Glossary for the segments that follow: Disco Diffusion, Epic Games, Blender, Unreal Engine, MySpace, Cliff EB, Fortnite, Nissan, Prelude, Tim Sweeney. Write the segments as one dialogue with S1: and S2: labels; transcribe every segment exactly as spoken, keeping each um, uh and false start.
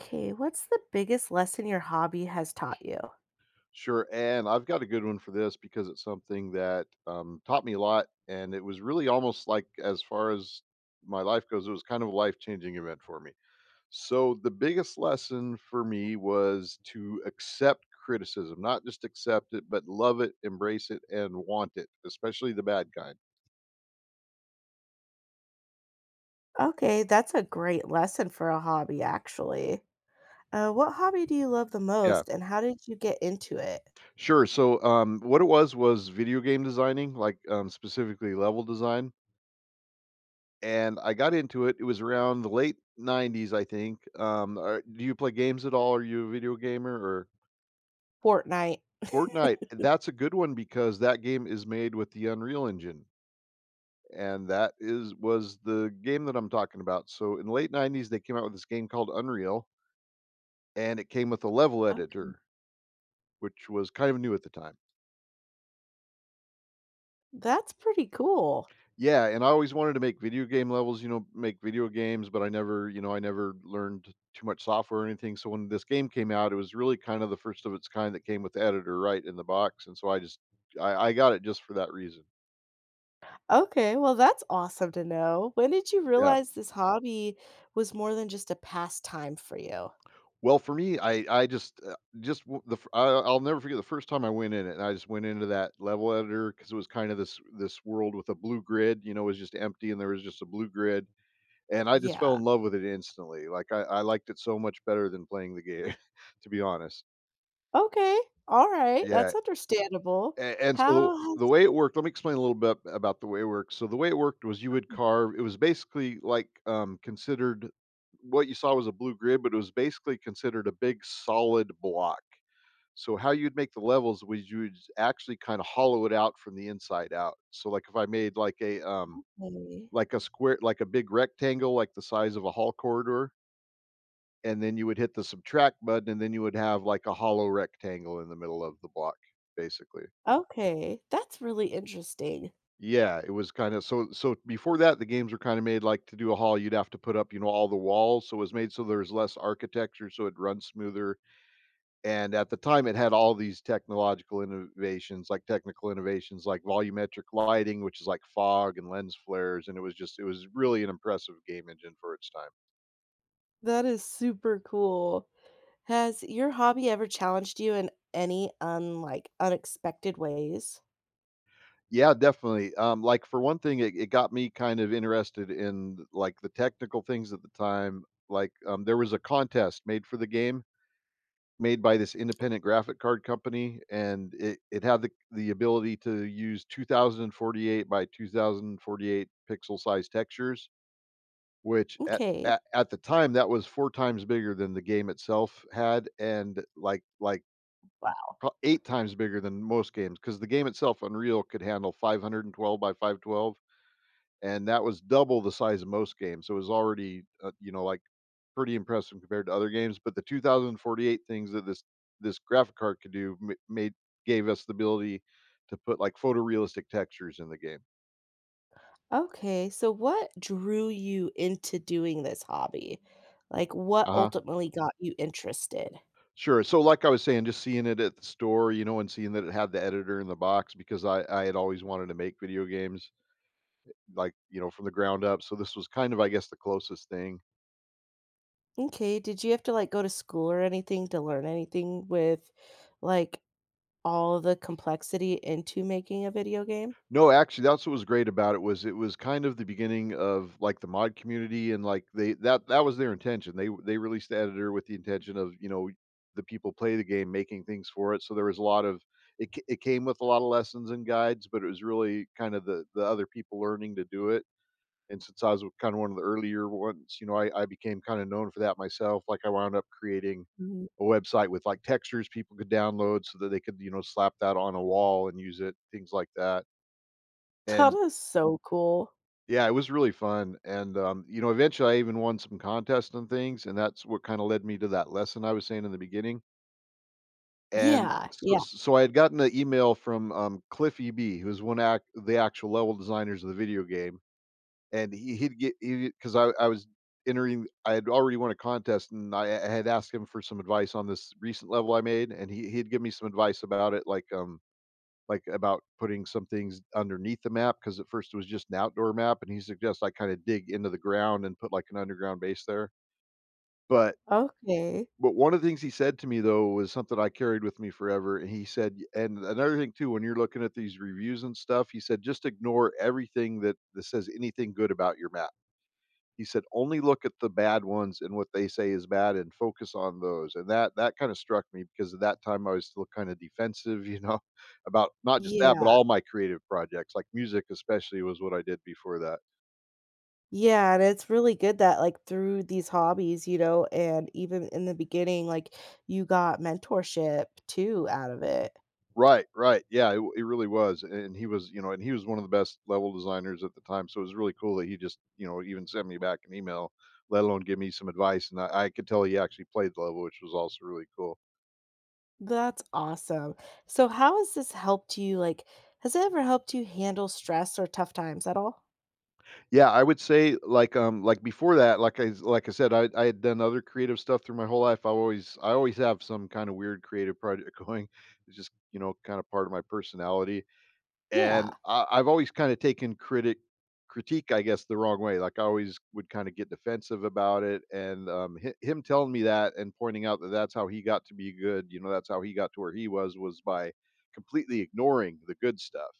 S1: Okay, what's the biggest lesson your hobby has taught you?
S2: Sure, and I've got a good one for this because it's something that, um, taught me a lot, and it was really almost like as far as my life goes, it was kind of a life-changing event for me. So, the biggest lesson for me was to accept criticism, not just accept it, but love it, embrace it, and want it, especially the bad kind.
S1: Okay, that's a great lesson for a hobby, actually. Uh, what hobby do you love the
S2: Yeah,
S1: most, and how did you get into it?
S2: sure, so, um, what it was was video game designing, like, um, specifically level design. And I got into it, it was around the late nineties, I think. Um, are do you play games at all? Are you a video gamer or
S1: Fortnite.
S2: Fortnite, that's a good one because that game is made with the Unreal Engine, and that is was the game that I'm talking about. So in the late nineties, they came out with this game called Unreal, and it came with a level
S1: Oh.
S2: editor, which was kind of new at the time.
S1: That's pretty cool.
S2: Yeah, and I always wanted to make video game levels, you know, make video games, but I never, you know, I never learned too much software or anything. So when this game came out, it was really kind of the first of its kind that came with the editor right in the box, and so I just I, I got it just for that reason.
S1: Okay, well, that's awesome to know. When did you
S2: Yeah.
S1: realize this hobby was more than just a pastime for you?
S2: Well, for me, I I just uh, just w- the f- I, I'll never forget the first time I went in it. And I just went into that level editor because it was kind of this this world with a blue grid. You know, it was just empty, and there was just a blue grid. And I just fell
S1: Yeah.
S2: in love with it instantly, like, I I liked it so much better than playing the game, to be honest.
S1: Okay. All right.
S2: Yeah,
S1: That's understandable.
S2: a and so the
S1: How
S2: the way it worked, let me explain a little bit about the way it worked. So the way it worked was you would carve it was basically, like, um, considered what you saw was a blue grid, but it was basically considered a big solid block. So how you'd make the levels was you would actually kinda hollow it out from the inside out. So, like, if I made, like, a, um
S1: has—
S2: like a square like a big rectangle, like the size of a hall corridor, and then you would hit the subtract button, and then you would have like a hollow rectangle in the middle of the block, basically.
S1: okay, that's really interesting.
S2: Yeah, it was kind of so. So Before that, the games were kind of made like to do a hall, you'd have to put up, you know, all the walls. So it was made so there's less architecture, so it runs smoother. And at the time, it had all these technological innovations, like technical innovations, like volumetric lighting, which is like fog and lens flares. And it was just, it was really an impressive game engine for its time.
S1: That is super cool. Has your hobby ever challenged you in any unlike unexpected ways?
S2: Yeah, definitely. Um, like for one thing, it, it got me kind of interested in like the technical things at the time. Like um, there was a contest made for the game, made by this independent graphic card company, and it, it had the, the ability to use two thousand forty-eight by two thousand forty-eight pixel size textures, which at,
S1: Okay.
S2: at at the time that was four times bigger than the game itself had, and like like
S1: Wow.
S2: pro- eight times bigger than most games, because the game itself, Unreal, could handle five twelve by five twelve, and that was double the size of most games. So it was already, uh, you know, like pretty impressive compared to other games. But the two thousand forty-eight things that this this graphic card could do ma- made gave us the ability to put like photorealistic textures in the game.
S1: Okay, so what drew you into doing this hobby? Like what
S2: Uh huh.
S1: ultimately got you interested?
S2: Sure. So, like I was saying, just seeing it at the store, you know, and seeing that it had the editor in the box, because I I had always wanted to make video games like you know from the ground up. So this was kind of, I guess, the closest thing.
S1: Okay, did you have to like go to school or anything to learn anything with, like, all the complexity into making a video game?
S2: No, actually, that's what was great about it was it was kind of the beginning of like the mod community, and like they that that was their intention. They they released the editor with the intention of you know the people play the game making things for it. So there was a lot of it. ca- It came with a lot of lessons and guides, but it was really kind of the the other people learning to do it. And since I was kind of one of the earlier ones, you know, I, I became kind of known for that myself. Like I wound up creating
S1: Mhm.
S2: a website with like textures people could download so that they could you know slap that on a wall and use it, things like that,
S1: That
S2: and
S1: is so cool.
S2: yeah, it was really fun, and, um, you know, eventually, I even won some contests and things, and that's what kinda led me to that lesson I was saying in the beginning, and
S1: Yeah.
S2: so
S1: Yeah.
S2: so I had gotten an email from, um, Cliff E B, who's one act the actual level designers of the video game, and he he'd get he would get, because I I was entering I had already won a contest, and I I had asked him for some advice on this recent level I made, and he he'd give me some advice about it, like, um like, about putting some things underneath the map because at first it was just an outdoor map, and he suggests I kinda dig into the ground and put, like, an underground base there. But
S1: Okay.
S2: but one of the things he said to me, though, was something I carried with me forever, and he said and another thing too, when you're looking at these reviews and stuff, he said, "Just ignore everything that that says anything good about your map." He said, "Only look at the bad ones and what they say is bad and focus on those." And that that kinda struck me because at that time, I was still kinda defensive, you know, about not just that, but
S1: Yeah.
S2: all my creative projects, like music especially was what I did before that.
S1: Yeah, and it's really good that, like, through these hobbies, you know, and even in the beginning, like, you got mentorship too out of it.
S2: Right, right, yeah, it w it really was, and he was, you know, and he was one of the best level designers at the time, so it was really cool that he just, you know, even sent me back an email, let alone give me some advice, and I I could tell he actually played the level, which was also really cool.
S1: That's awesome. So how has this helped you, like, has it ever helped you handle stress or tough times at all?
S2: Yeah, I would say like, um, like before that, like I like I said, I I had done other creative stuff through my whole life. I always I always have some kind of weird creative project going. It's just you know kind of part of my personality,
S1: Yeah.
S2: and I, I've always kind of taken critic critique, I guess, the wrong way. Like I always would kind of get defensive about it, and um, hi- him telling me that and pointing out that that's how he got to be good. You know, that's how he got to where he was was by completely ignoring the good stuff,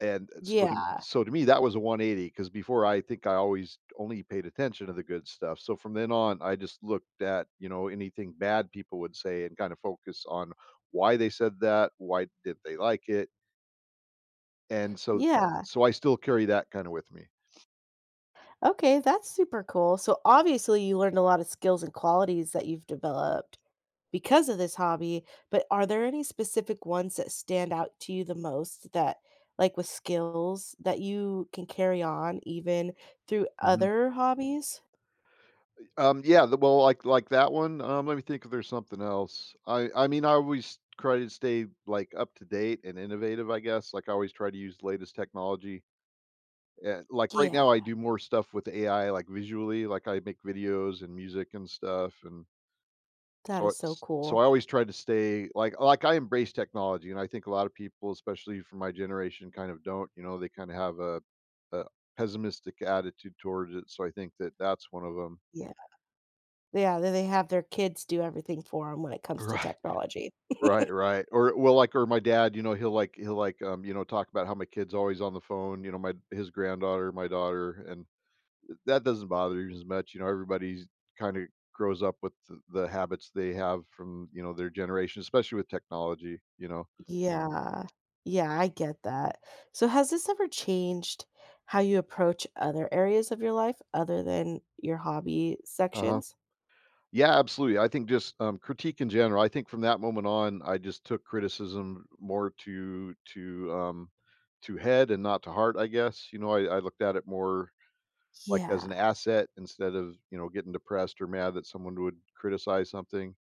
S2: and uh, so to
S1: Yeah.
S2: so to me, that was a one eighty. Because before I think I always only paid attention to the good stuff. So from then on, I just looked at, you know, anything bad people would say and kind of focus on why they said that, why did they like it, and so
S1: Yeah.
S2: so I still carry that kinda with me.
S1: Okay, that's super cool. So obviously you learned a lot of skills and qualities that you've developed because of this hobby, but are there any specific ones that stand out to you the most, that, like, with skills that you can carry on even through
S2: Mhm.
S1: other hobbies?
S2: Um, yeah, the well, like like that one, um, let me think if there's something else. I I mean, I always try to stay, like, up to date and innovative, I guess, like, I always try to use the latest technology. Yeah, like right
S1: Yeah,
S2: now I do more stuff with A I, like visually, like I make videos and music and stuff, and
S1: that
S2: so
S1: is so
S2: it's so
S1: cool.
S2: I always try to stay like like I embrace technology, and I think a lot of people, especially from my generation, kind of don't. You know, they kind of have a, a pessimistic attitude towards it. So I think that that's one of them.
S1: Yeah. Yeah, then they have their kids do everything for them when it comes to
S2: Right.
S1: technology.
S2: Right, right. Or well, like, or my dad, you know, he'll like, he'll like, um, you know, talk about how my kid's always on the phone. You know, my his granddaughter, my daughter, and that doesn't bother you as much, you know, everybody's kinda grows up with the the habits they have from, you know, their generation, especially with technology, you know?
S1: Yeah. Yeah, I get that. So, has this ever changed how you approach other areas of your life other than your hobby
S2: Uh-huh.
S1: sections?
S2: Yeah, absolutely. I think just, um, critique in general, I think from that moment on, I just took criticism more to to, um to head and not to heart, I guess, you know. I I looked at it more, like, as an
S1: Yeah.
S2: asset instead of, you know, getting depressed or mad that someone would criticize something.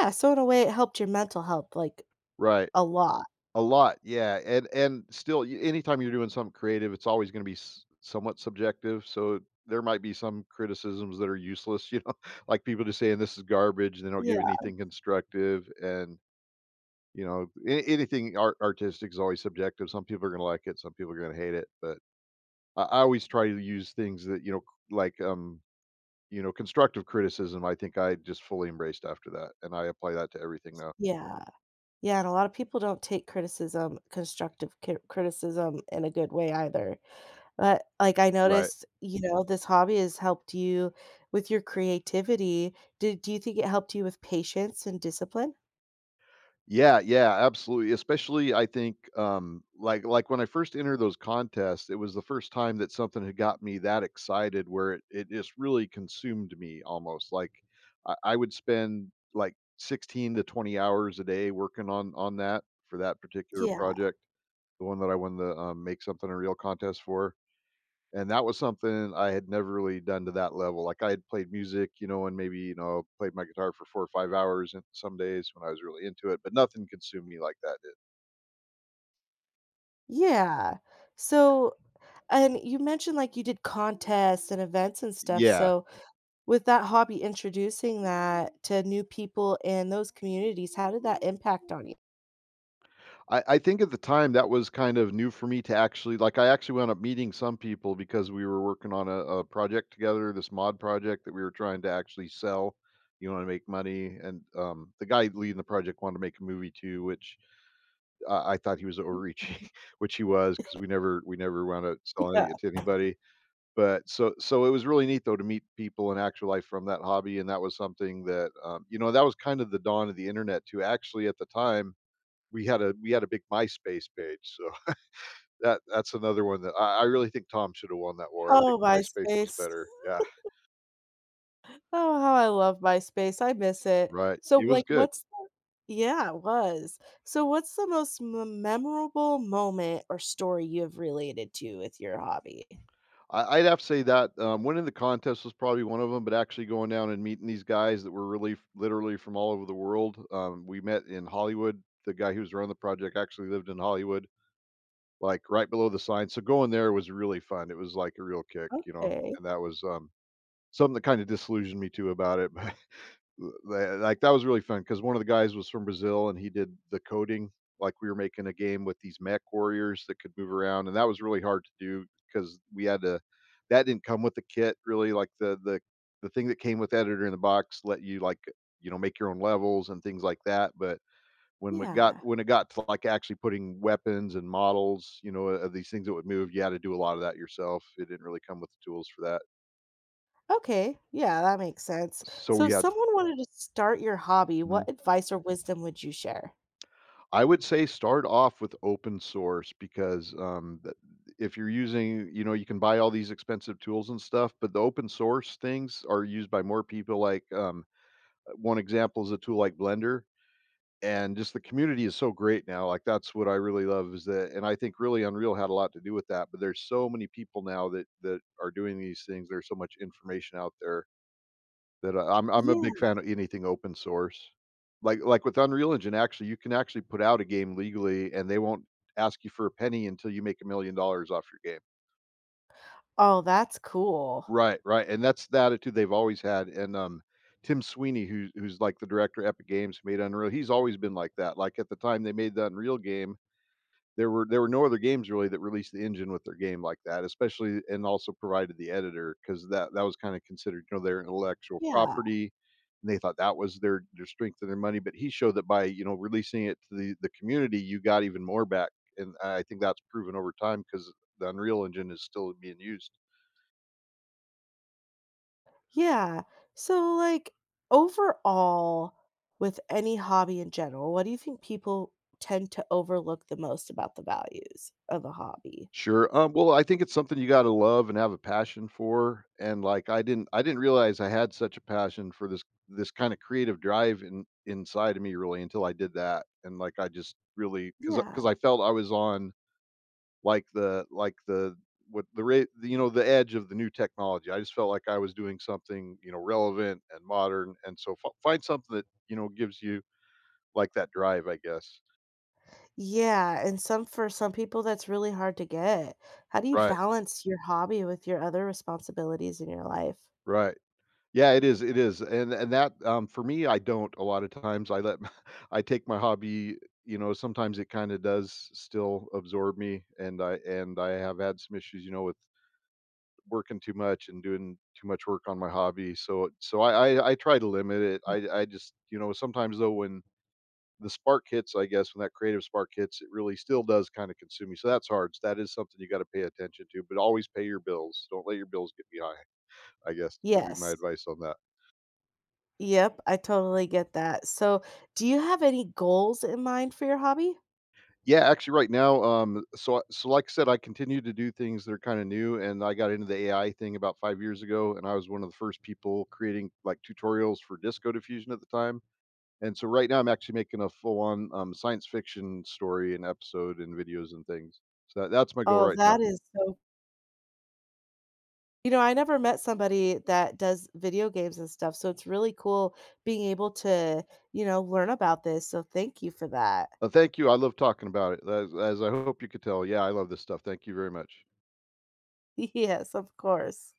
S1: Yeah, so in a way, it helped your mental health, like,
S2: Right.
S1: a lot.
S2: A lot, yeah, and and still, y anytime you're doing something creative, it's always gonna be s somewhat subjective, so there might be some criticisms that are useless, you know, like people just saying this is garbage, and they don't give
S1: Yeah,
S2: anything constructive. And, you know, a anything art artistic is always subjective. Some people are gonna like it, some people are gonna hate it, but I I always try to use things that, you know, c like, um, you know, constructive criticism, I think I just fully embraced after that, and I apply that to everything now.
S1: yeah. Yeah, and a lot of people don't take criticism, constructive cri criticism in a good way either. But, like, I
S2: Right.
S1: noticed, you know, this hobby has helped you with your creativity. Do do you think it helped you with patience and discipline?
S2: Yeah, yeah, absolutely. Especially, I think, um, like like when I first entered those contests, it was the first time that something had got me that excited, where it it just really consumed me almost. Like I, I would spend like sixteen to twenty hours a day working on on that, for that particular
S1: Yeah.
S2: project, the one that I won the um, make something a real contest for. And that was something I had never really done to that level. Like I had played music, you know, and maybe, you know, played my guitar for four or five hours and some days when I was really into it, but nothing consumed me like that did.
S1: Yeah. So, and you mentioned, like, you did contests and events and stuff.
S2: Yeah.
S1: So, with that hobby, introducing that to new people in those communities, how did that impact on you?
S2: I I think at the time that was kind of new for me. To actually like I actually wound up meeting some people because we were working on a, a project together, this mod project that we were trying to actually sell, you know, to make money. And um the guy leading the project wanted to make a movie too, which I I thought he was overreaching, which he was, because we never we never wound up
S1: Yeah.
S2: selling it to anybody, but so so it was really neat, though, to meet people in actual life from that hobby. And that was something that, um you know, that was kind of the dawn of the internet too, actually. At the time, we had a we had a big MySpace page, so that that's another one that I I really think Tom should have won that war. I think
S1: Oh,
S2: MySpace was
S1: MySpace.
S2: better. Yeah,
S1: Oh, how I love MySpace. I miss it.
S2: right.
S1: So,
S2: It was
S1: like,
S2: good.
S1: what's— yeah, it was. So, what's the most m- memorable moment or story you have related to with your hobby?
S2: I, I'd have to say that, um, winning the contest was probably one of them, but actually going down and meeting these guys that were really f- literally from all over the world. Um, we met in Hollywood. The guy who was running the project actually lived in Hollywood, like right below the sign. So going there was really fun. It was like a real kick, you know,
S1: Okay.
S2: and that was um, something that kind of disillusioned me too about it. L Like, that was really fun because one of the guys was from Brazil, and he did the coding. Like, we were making a game with these mech warriors that could move around, and that was really hard to do because we had to that didn't come with the kit, really. Like, the the the thing that came with Editor in the Box let you, like, you know, make your own levels and things like that, but when we got
S1: Yeah.
S2: when it got to, like, actually putting weapons and models, you know, of these things that would move, you had to do a lot of that yourself. It didn't really come with the tools for that.
S1: Okay. Yeah, that makes sense.
S2: So
S1: So,
S2: we
S1: if
S2: had
S1: someone wanted to start your hobby,
S2: Mhm.
S1: what advice or wisdom would you share?
S2: I would say start off with open source because um, th- if you're using, you know, you can buy all these expensive tools and stuff, but the open source things are used by more people. Like, um, uh, one example is a tool like Blender, and just the community is so great now. Like, that's what I really love is that, and I think really Unreal had a lot to do with that. But there's so many people now that that are doing these things. There's so much information out there that I I'm I'm a
S1: Yeah.
S2: big fan of anything open source. Like like with Unreal Engine, actually, you can actually put out a game legally, and they won't ask you for a penny until you make one million dollars off your game.
S1: Oh, that's cool.
S2: Right, right, and that's the attitude they've always had. And, um, Tim Sweeney, who's who's, like, the director of Epic Games, who made Unreal, he's always been like that. Like, at the time they made the Unreal game, there were there were no other games, really, that released the engine with their game like that, especially, and also provided the editor, because that that was kind of considered, you know, their intellectual
S1: Yeah.
S2: property. And they thought that was their their strength and their money, but he showed that by, you know, releasing it to the the community, you got even more back. And I think that's proven over time because the Unreal Engine is still being used.
S1: Yeah. So, like, overall, with any hobby in general, what do you think people tend to overlook the most about the values of a hobby?
S2: Sure. Um, well, I think it's something you gotta love and have a passion for. And, like, I didn't I didn't realize I had such a passion for this, this kinda creative drive in inside of me, really, until I did that. And, like, I just really 'cause
S1: Yeah.
S2: because I felt I was on, like, the like, the what the rate, you know, the edge of the new technology. I just felt like I was doing something, you know, relevant and modern, and so fi find something that, you know, gives you, like, that drive, I guess.
S1: Yeah. And some, for some people, that's really hard to get. How do you
S2: Right,
S1: balance your hobby with your other responsibilities in your life?
S2: right. Yeah, it is, it is. And and that, um, for me, I don't a lot of times, I let my I take my hobby, you know, sometimes it kinda does still absorb me, and I and I have had some issues, you know, with working too much and doing too much work on my hobby. So so I I I try to limit it. I I just, you know, sometimes, though, when the spark hits, I guess, when that creative spark hits, it really still does kinda consume me, so that's hard. So that is something you gotta pay attention to, but always pay your bills, don't let your bills get you high, I guess, would be my
S1: Yes.
S2: advice on that.
S1: Yep, I totally get that. So, do you have any goals in mind for your hobby?
S2: Yeah, actually, right now, um, so so like I said, I continue to do things that are kinda new, and I got into the A I thing about five years ago, and I was one of the first people creating, like, tutorials for Disco Diffusion at the time. And so right now I'm actually making a full-on, um, science fiction story and episode and videos and things. So that that's my goal
S1: Oh,
S2: right now.
S1: that is so— you know, I never met somebody that does video games and stuff, so it's really cool being able to, you know, learn about this. So, thank you for that.
S2: Uh, thank you, I love talking about it, as as I hope you could tell. Yeah, I love this stuff. Thank you very much.
S1: Yes, of course.